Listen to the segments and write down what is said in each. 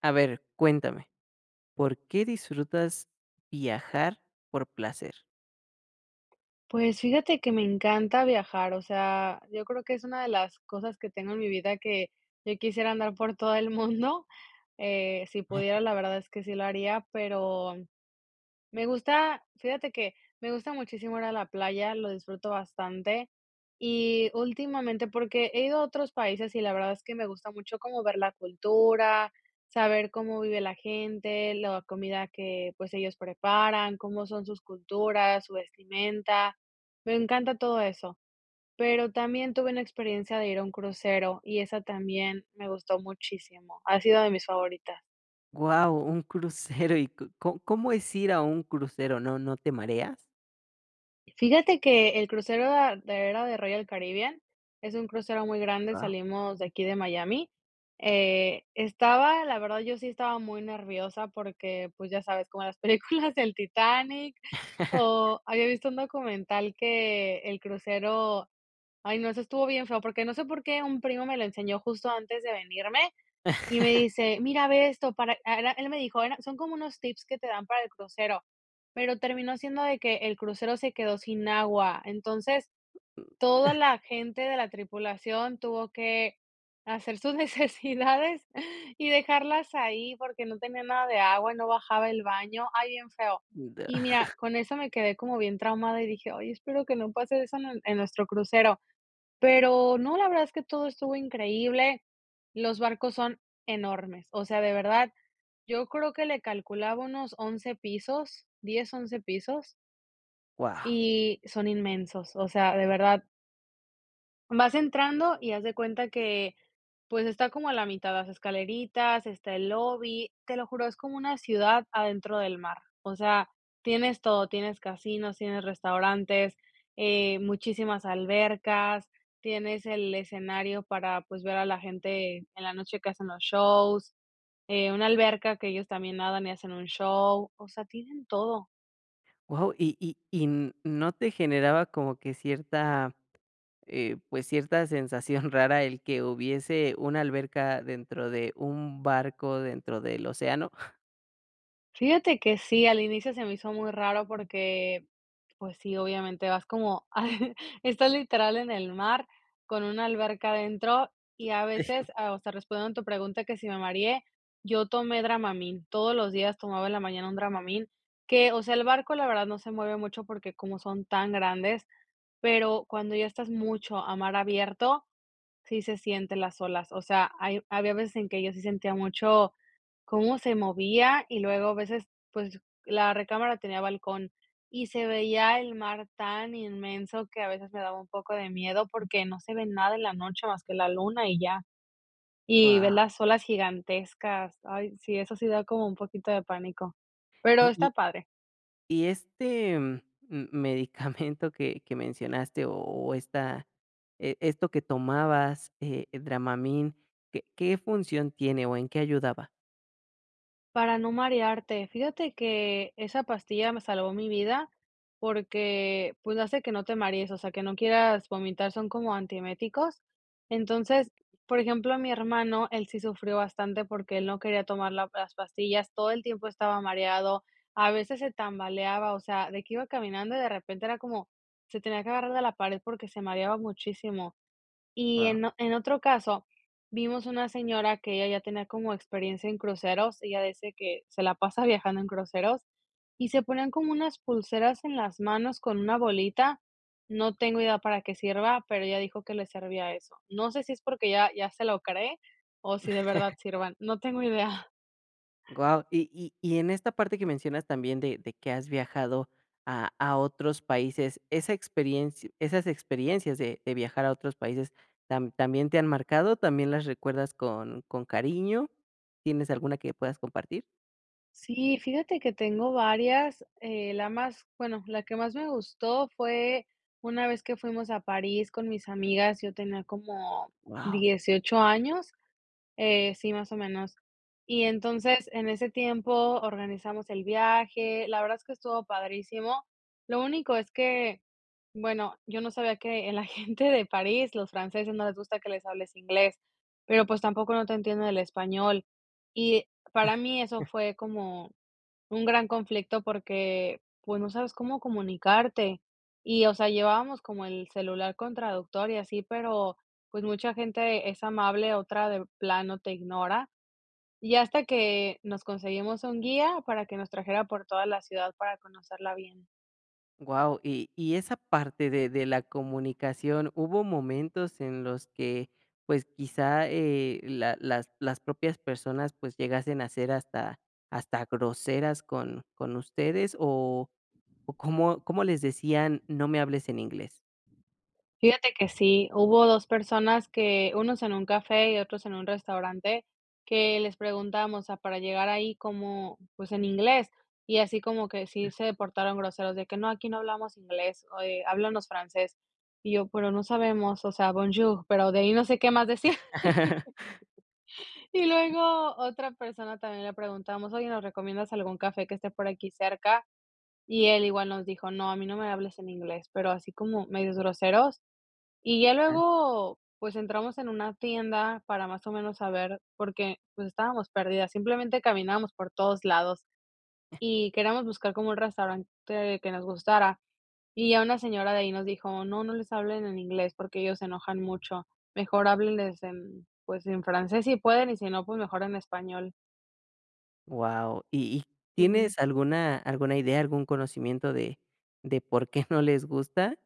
A ver, cuéntame, ¿por qué disfrutas viajar por placer? Pues fíjate que me encanta viajar, o sea, yo creo que es una de las cosas que tengo en mi vida que yo quisiera andar por todo el mundo. Si pudiera, la verdad es que sí lo haría, pero fíjate que me gusta muchísimo ir a la playa, lo disfruto bastante. Y últimamente, porque he ido a otros países y la verdad es que me gusta mucho como ver la cultura, saber cómo vive la gente, la comida que pues ellos preparan, cómo son sus culturas, su vestimenta. Me encanta todo eso. Pero también tuve una experiencia de ir a un crucero y esa también me gustó muchísimo. Ha sido de mis favoritas. Wow, un crucero y co co ¿cómo es ir a un crucero? ¿No te mareas? Fíjate que el crucero era de Royal Caribbean, es un crucero muy grande, Wow, salimos de aquí de Miami. Estaba, la verdad, yo sí estaba muy nerviosa porque, pues, ya sabes, como las películas del Titanic, o había visto un documental que el crucero, ay no, eso estuvo bien feo, porque no sé por qué un primo me lo enseñó justo antes de venirme y me dice: "Mira, ve esto para", era él me dijo, era son como unos tips que te dan para el crucero, pero terminó siendo de que el crucero se quedó sin agua. Entonces, toda la gente de la tripulación tuvo que hacer sus necesidades y dejarlas ahí porque no tenía nada de agua, no bajaba el baño. Ay, bien feo. Y mira, con eso me quedé como bien traumada y dije: "Ay, espero que no pase eso en nuestro crucero". Pero no, la verdad es que todo estuvo increíble. Los barcos son enormes, o sea, de verdad, yo creo que le calculaba unos 11 pisos, 10 11 pisos, wow, y son inmensos, o sea, de verdad, vas entrando y haz de cuenta que, pues, está como a la mitad de las escaleritas, está el lobby, te lo juro, es como una ciudad adentro del mar. O sea, tienes todo, tienes casinos, tienes restaurantes, muchísimas albercas, tienes el escenario para, pues, ver a la gente en la noche que hacen los shows, una alberca que ellos también nadan y hacen un show, o sea, tienen todo. guau, y n ¿no te generaba como que cierta, pues, cierta sensación rara el que hubiese una alberca dentro de un barco, dentro del océano? Fíjate que sí, al inicio se me hizo muy raro porque, pues sí, obviamente vas como estás literal en el mar con una alberca adentro y a veces, o sea, respondiendo a tu pregunta que si me mareé, yo tomé Dramamine, todos los días tomaba en la mañana un Dramamine, que, o sea, el barco la verdad no se mueve mucho porque como son tan grandes, pero cuando ya estás mucho a mar abierto, sí se sienten las olas, o sea, hay había veces en que yo sí sentía mucho cómo se movía y luego a veces, pues, la recámara tenía balcón y se veía el mar tan inmenso que a veces me daba un poco de miedo porque no se ve nada en la noche más que la luna y ya, y Wow. ves las olas gigantescas. Ay, sí, eso sí da como un poquito de pánico, pero está padre. Y este, m medicamento que mencionaste, o esta esto que tomabas, Dramamine, ¿qué función tiene, o en qué ayudaba? Para no marearte, fíjate que esa pastilla me salvó mi vida porque, pues, hace que no te marees, o sea, que no quieras vomitar, son como antieméticos. Entonces, por ejemplo, mi hermano, él sí sufrió bastante porque él no quería tomar las pastillas, todo el tiempo estaba mareado, a veces se tambaleaba, o sea, de que iba caminando y de repente era como, se tenía que agarrar de la pared porque se mareaba muchísimo. Y Wow. en otro caso, vimos una señora que ella ya tenía como experiencia en cruceros, ella dice que se la pasa viajando en cruceros, y se ponían como unas pulseras en las manos con una bolita. No tengo idea para qué sirva, pero ella dijo que le servía eso. No sé si es porque ya se lo cree o si de verdad sirvan, no tengo idea. Guau, y en esta parte que mencionas también de que has viajado a otros países, esa experiencia esas experiencias de viajar a otros países, también te han marcado? ¿También las recuerdas con cariño? ¿Tienes alguna que puedas compartir? Sí, fíjate que tengo varias, la que más me gustó fue una vez que fuimos a París con mis amigas, yo tenía como Wow. 18 años, sí, más o menos. Y entonces, en ese tiempo organizamos el viaje, la verdad es que estuvo padrísimo. Lo único es que, bueno, yo no sabía que la gente de París, los franceses, no les gusta que les hables inglés, pero pues tampoco no te entienden el español. Y para mí eso fue como un gran conflicto porque, pues, no sabes cómo comunicarte. Y, o sea, llevábamos como el celular con traductor y así, pero, pues, mucha gente es amable, otra de plano te ignora. Y hasta que nos conseguimos un guía para que nos trajera por toda la ciudad para conocerla bien. Wow, y esa parte de la comunicación, ¿hubo momentos en los que, pues, quizá, la las propias personas, pues, llegasen a ser hasta hasta groseras con ustedes? O, ¿cómo les decían: "No me hables en inglés"? Fíjate que sí, hubo 2 personas que, unos en un café y otros en un restaurante, que les preguntamos, o sea, para llegar ahí como, pues, en inglés, y así como que sí se portaron groseros de que: "No, aquí no hablamos inglés, o háblanos francés". Y yo: "Pero no sabemos, o sea, bonjour", pero de ahí no sé qué más decir. Y luego otra persona también le preguntamos: "Oye, ¿nos recomiendas algún café que esté por aquí cerca?". Y él igual nos dijo: "No, a mí no me hables en inglés", pero así como medios groseros. Y ya luego, pues, entramos en una tienda para más o menos saber, porque, pues, estábamos perdidas, simplemente caminábamos por todos lados y queríamos buscar como un restaurante que nos gustara, y ya una señora de ahí nos dijo: "No, no les hablen en inglés porque ellos se enojan mucho, mejor háblenles en, pues, en francés si pueden, y si no, pues, mejor en español". Wow, ¿Y y Sí. tienes alguna alguna idea, algún conocimiento de por qué no les gusta?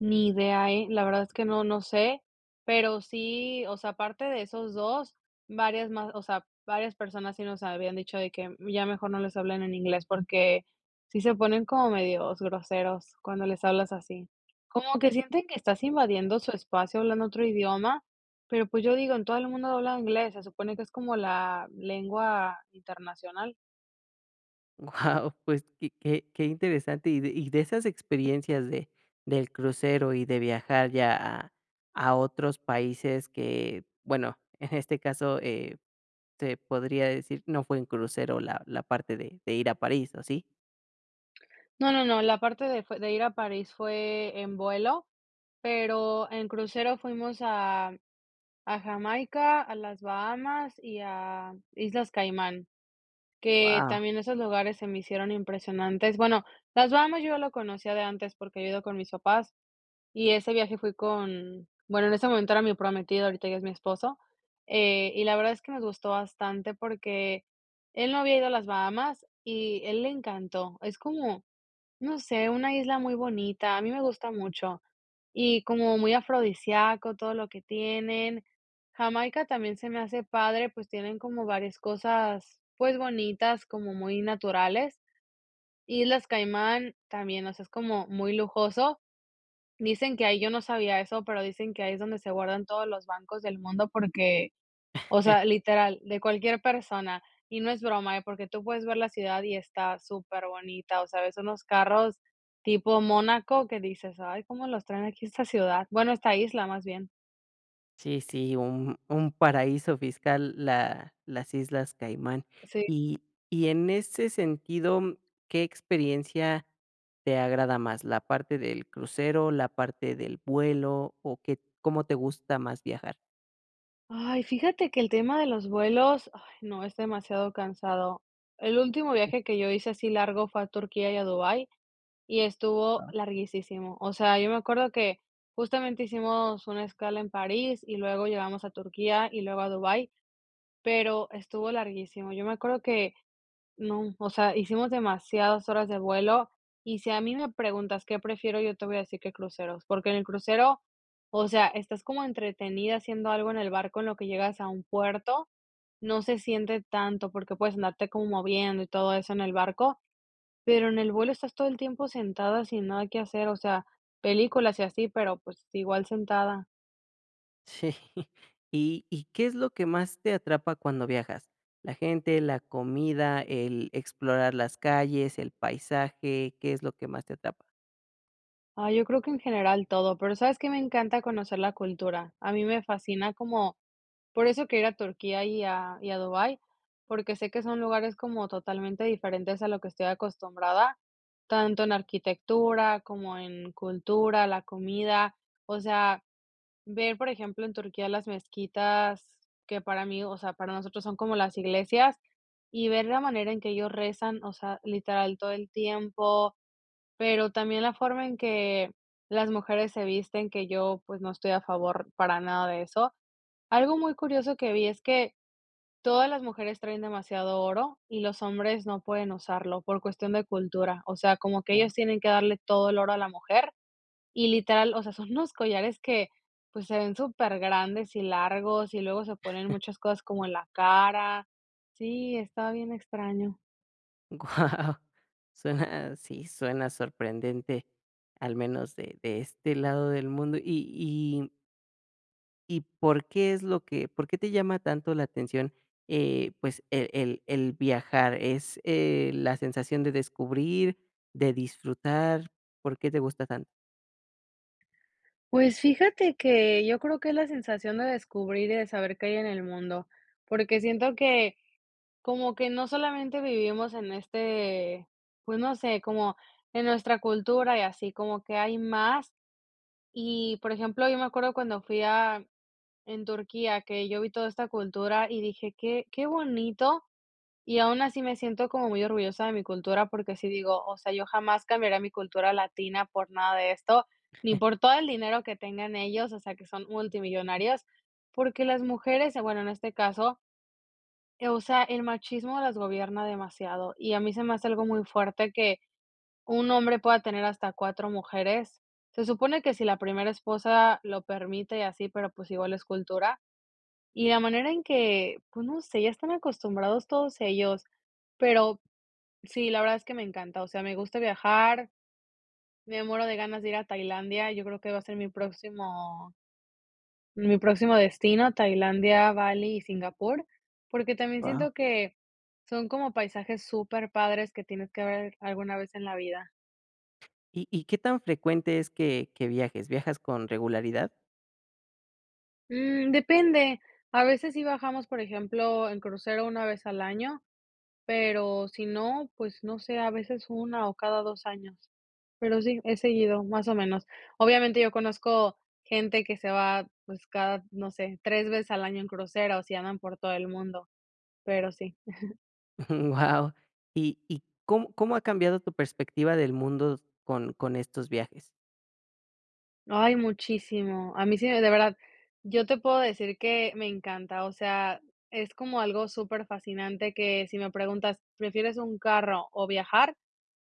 Ni idea, ¿eh? La verdad es que no, no sé, pero sí, o sea, aparte de esos 2 varias más, o sea, varias personas sí nos habían dicho de que ya mejor no les hablen en inglés porque sí se ponen como medios groseros cuando les hablas así. Como que sienten que estás invadiendo su espacio hablando otro idioma, pero pues yo digo, en todo el mundo habla inglés, se supone que es como la lengua internacional. Wow, pues, qué qué interesante. Y de esas experiencias de del crucero y de viajar ya a otros países que, bueno, en este caso, se podría decir, no fue en crucero la la parte de ir a París, ¿o sí? No, no, no, la parte de fue de ir a París fue en vuelo, pero en crucero fuimos a Jamaica, a las Bahamas y a Islas Caimán, que Wow, también esos lugares se me hicieron impresionantes. Bueno, las Bahamas yo ya lo conocía de antes porque yo he ido con mis papás y ese viaje fui con bueno, en ese momento era mi prometido, ahorita ya es mi esposo, y la verdad es que nos gustó bastante porque él no había ido a las Bahamas y él le encantó. Es como no sé, una isla muy bonita, a mí me gusta mucho y como muy afrodisíaco todo lo que tienen. Jamaica también se me hace padre, pues tienen como varias cosas, pues bonitas, como muy naturales. Islas Caimán también, o sea, es como muy lujoso. Dicen que ahí, yo no sabía eso, pero dicen que ahí es donde se guardan todos los bancos del mundo porque, o sea, literal, de cualquier persona. Y no es broma, ¿eh? Porque tú puedes ver la ciudad y está superbonita, o sea, ves unos carros tipo Mónaco que dices: "Ay, ¿cómo los traen aquí a esta ciudad?". Bueno, esta isla, más bien. sí, sí, un paraíso fiscal la las Islas Caimán. Sí. Y y en ese sentido, ¿qué experiencia te agrada más? ¿La parte del crucero, la parte del vuelo o qué cómo te gusta más viajar? Ay, fíjate que el tema de los vuelos, ay, no, es demasiado cansado. El último viaje que yo hice así largo fue a Turquía y a Dubái, y estuvo larguísimo. O sea, yo me acuerdo que justamente hicimos una escala en París, y luego llegamos a Turquía, y luego a Dubái, pero estuvo larguísimo. Yo me acuerdo que no, o sea, hicimos demasiadas horas de vuelo, y si a mí me preguntas qué prefiero, yo te voy a decir que cruceros, porque en el crucero, o sea, estás como entretenida haciendo algo en el barco en lo que llegas a un puerto, no se siente tanto porque puedes andarte como moviendo y todo eso en el barco, pero en el vuelo estás todo el tiempo sentada sin nada que hacer, o sea, películas y así, pero, pues, igual sentada. Sí. ¿Y y qué es lo que más te atrapa cuando viajas? ¿La gente, la comida, el explorar las calles, el paisaje? ¿Qué es lo que más te atrapa? Ah, yo creo que en general todo, pero, ¿sabes que me encanta conocer la cultura? A mí me fascina como, por eso quiero ir a Turquía y y a Dubái, porque sé que son lugares como totalmente diferentes a lo que estoy acostumbrada, tanto en arquitectura como en cultura, la comida. O sea, ver, por ejemplo, en Turquía las mezquitas, que para mí, o sea, para nosotros son como las iglesias, y ver la manera en que ellos rezan, o sea, literal todo el tiempo, pero también la forma en que las mujeres se visten, que yo, pues, no estoy a favor para nada de eso. Algo muy curioso que vi es que todas las mujeres traen demasiado oro y los hombres no pueden usarlo por cuestión de cultura. O sea, como que Guau. ellos tienen que darle todo el oro a la mujer y literal, o sea, son unos collares que, pues, se ven súper grandes y largos y luego se ponen muchas cosas como en la cara. Sí, está bien extraño. Guau, suena, sí, suena sorprendente, al menos de este lado del mundo. ¿Y por qué es lo que por qué te llama tanto la atención, pues, el el viajar? ¿Es, la sensación de descubrir, de disfrutar? ¿Por qué te gusta tanto? Pues fíjate que yo creo que es la sensación de descubrir y de saber qué hay en el mundo, porque siento que como que no solamente vivimos en este, pues no sé, como en nuestra cultura y así, como que hay más. Y por ejemplo, yo me acuerdo cuando fui a en Turquía, que yo vi toda esta cultura y dije, qué, qué bonito y aún así me siento como muy orgullosa de mi cultura, porque sí digo, o sea, yo jamás cambiaría mi cultura latina por nada de esto, ni por todo el dinero que tengan ellos, o sea, que son multimillonarios, porque las mujeres, bueno, en este caso, o sea, el machismo las gobierna demasiado y a mí se me hace algo muy fuerte que un hombre pueda tener hasta 4 mujeres. Se supone que si la primera esposa lo permite y así, pero pues igual es cultura. Y la manera en que, pues no sé, ya están acostumbrados todos ellos, pero sí, la verdad es que me encanta, o sea, me gusta viajar, me muero de ganas de ir a Tailandia, yo creo que va a ser mi próximo destino, Tailandia, Bali y Singapur, porque también siento que son como paisajes súper padres que tienes que ver alguna vez en la vida. Y qué tan frecuente es que viajes? ¿Viajas con regularidad? Depende, a veces sí bajamos, por ejemplo, en crucero una vez al año. Pero si no, pues no sé, a veces una o cada 2 años. Pero sí, he seguido, más o menos. Obviamente, yo conozco gente que se va, pues, cada, no sé, 3 veces al año en crucero, o si andan por todo el mundo, pero sí. Wow. ¿Y cómo ha cambiado tu perspectiva del mundo con estos viajes? Ay, muchísimo. A mí sí, de verdad, yo te puedo decir que me encanta, o sea, es como algo súper fascinante que si me preguntas, ¿prefieres un carro o viajar?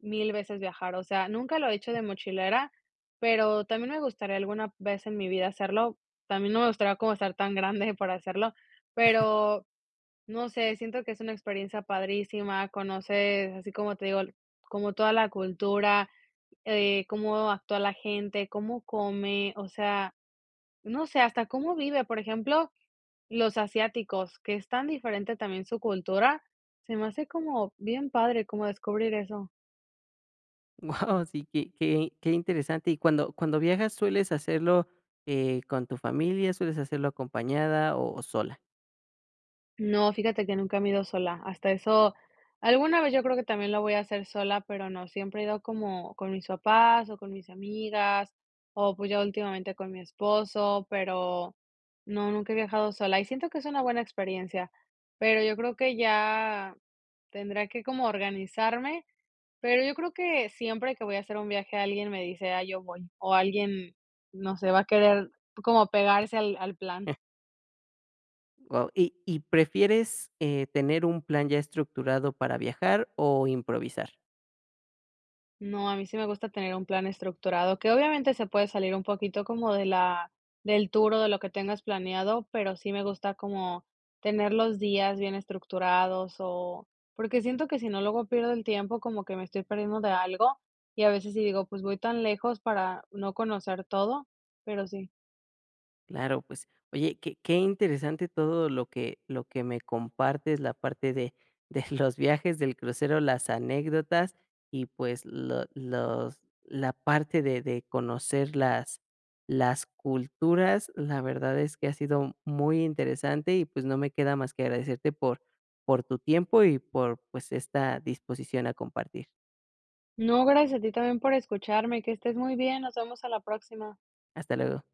Mil veces viajar, o sea, nunca lo he hecho de mochilera, pero también me gustaría alguna vez en mi vida hacerlo. También no me gustaría como estar tan grande para hacerlo, pero no sé, siento que es una experiencia padrísima, conoces, así como te digo, como toda la cultura, cómo actúa la gente, cómo come, o sea, no sé, hasta cómo vive. Por ejemplo, los asiáticos, que es tan diferente también su cultura, se me hace como bien padre como descubrir eso. Wow. Sí, qué qué interesante. Y cuando viajas, ¿sueles hacerlo, con tu familia, sueles hacerlo acompañada o sola? No, fíjate que nunca me he ido sola. Hasta eso, alguna vez yo creo que también lo voy a hacer sola, pero no, siempre he ido como con mis papás o con mis amigas, o pues ya últimamente con mi esposo, pero no, nunca he viajado sola. Y siento que es una buena experiencia, pero yo creo que ya tendrá que como organizarme, pero yo creo que siempre que voy a hacer un viaje alguien me dice, ah, yo voy, o alguien, no sé, va a querer como pegarse al plan. Guau. Y prefieres, tener un plan ya estructurado para viajar o improvisar? No, a mí sí me gusta tener un plan estructurado, que obviamente se puede salir un poquito como de la del tour o de lo que tengas planeado, pero sí me gusta como tener los días bien estructurados o porque siento que si no luego pierdo el tiempo, como que me estoy perdiendo de algo y a veces sí digo, pues voy tan lejos para no conocer todo, pero sí. Claro, pues, oye, qué interesante todo lo que me compartes, la parte de los viajes, del crucero, las anécdotas y, pues, lo los la parte de conocer las culturas. La verdad es que ha sido muy interesante y, pues, no me queda más que agradecerte por tu tiempo y por, pues, esta disposición a compartir. No, gracias a ti también por escucharme, que estés muy bien, nos vemos a la próxima. Hasta luego.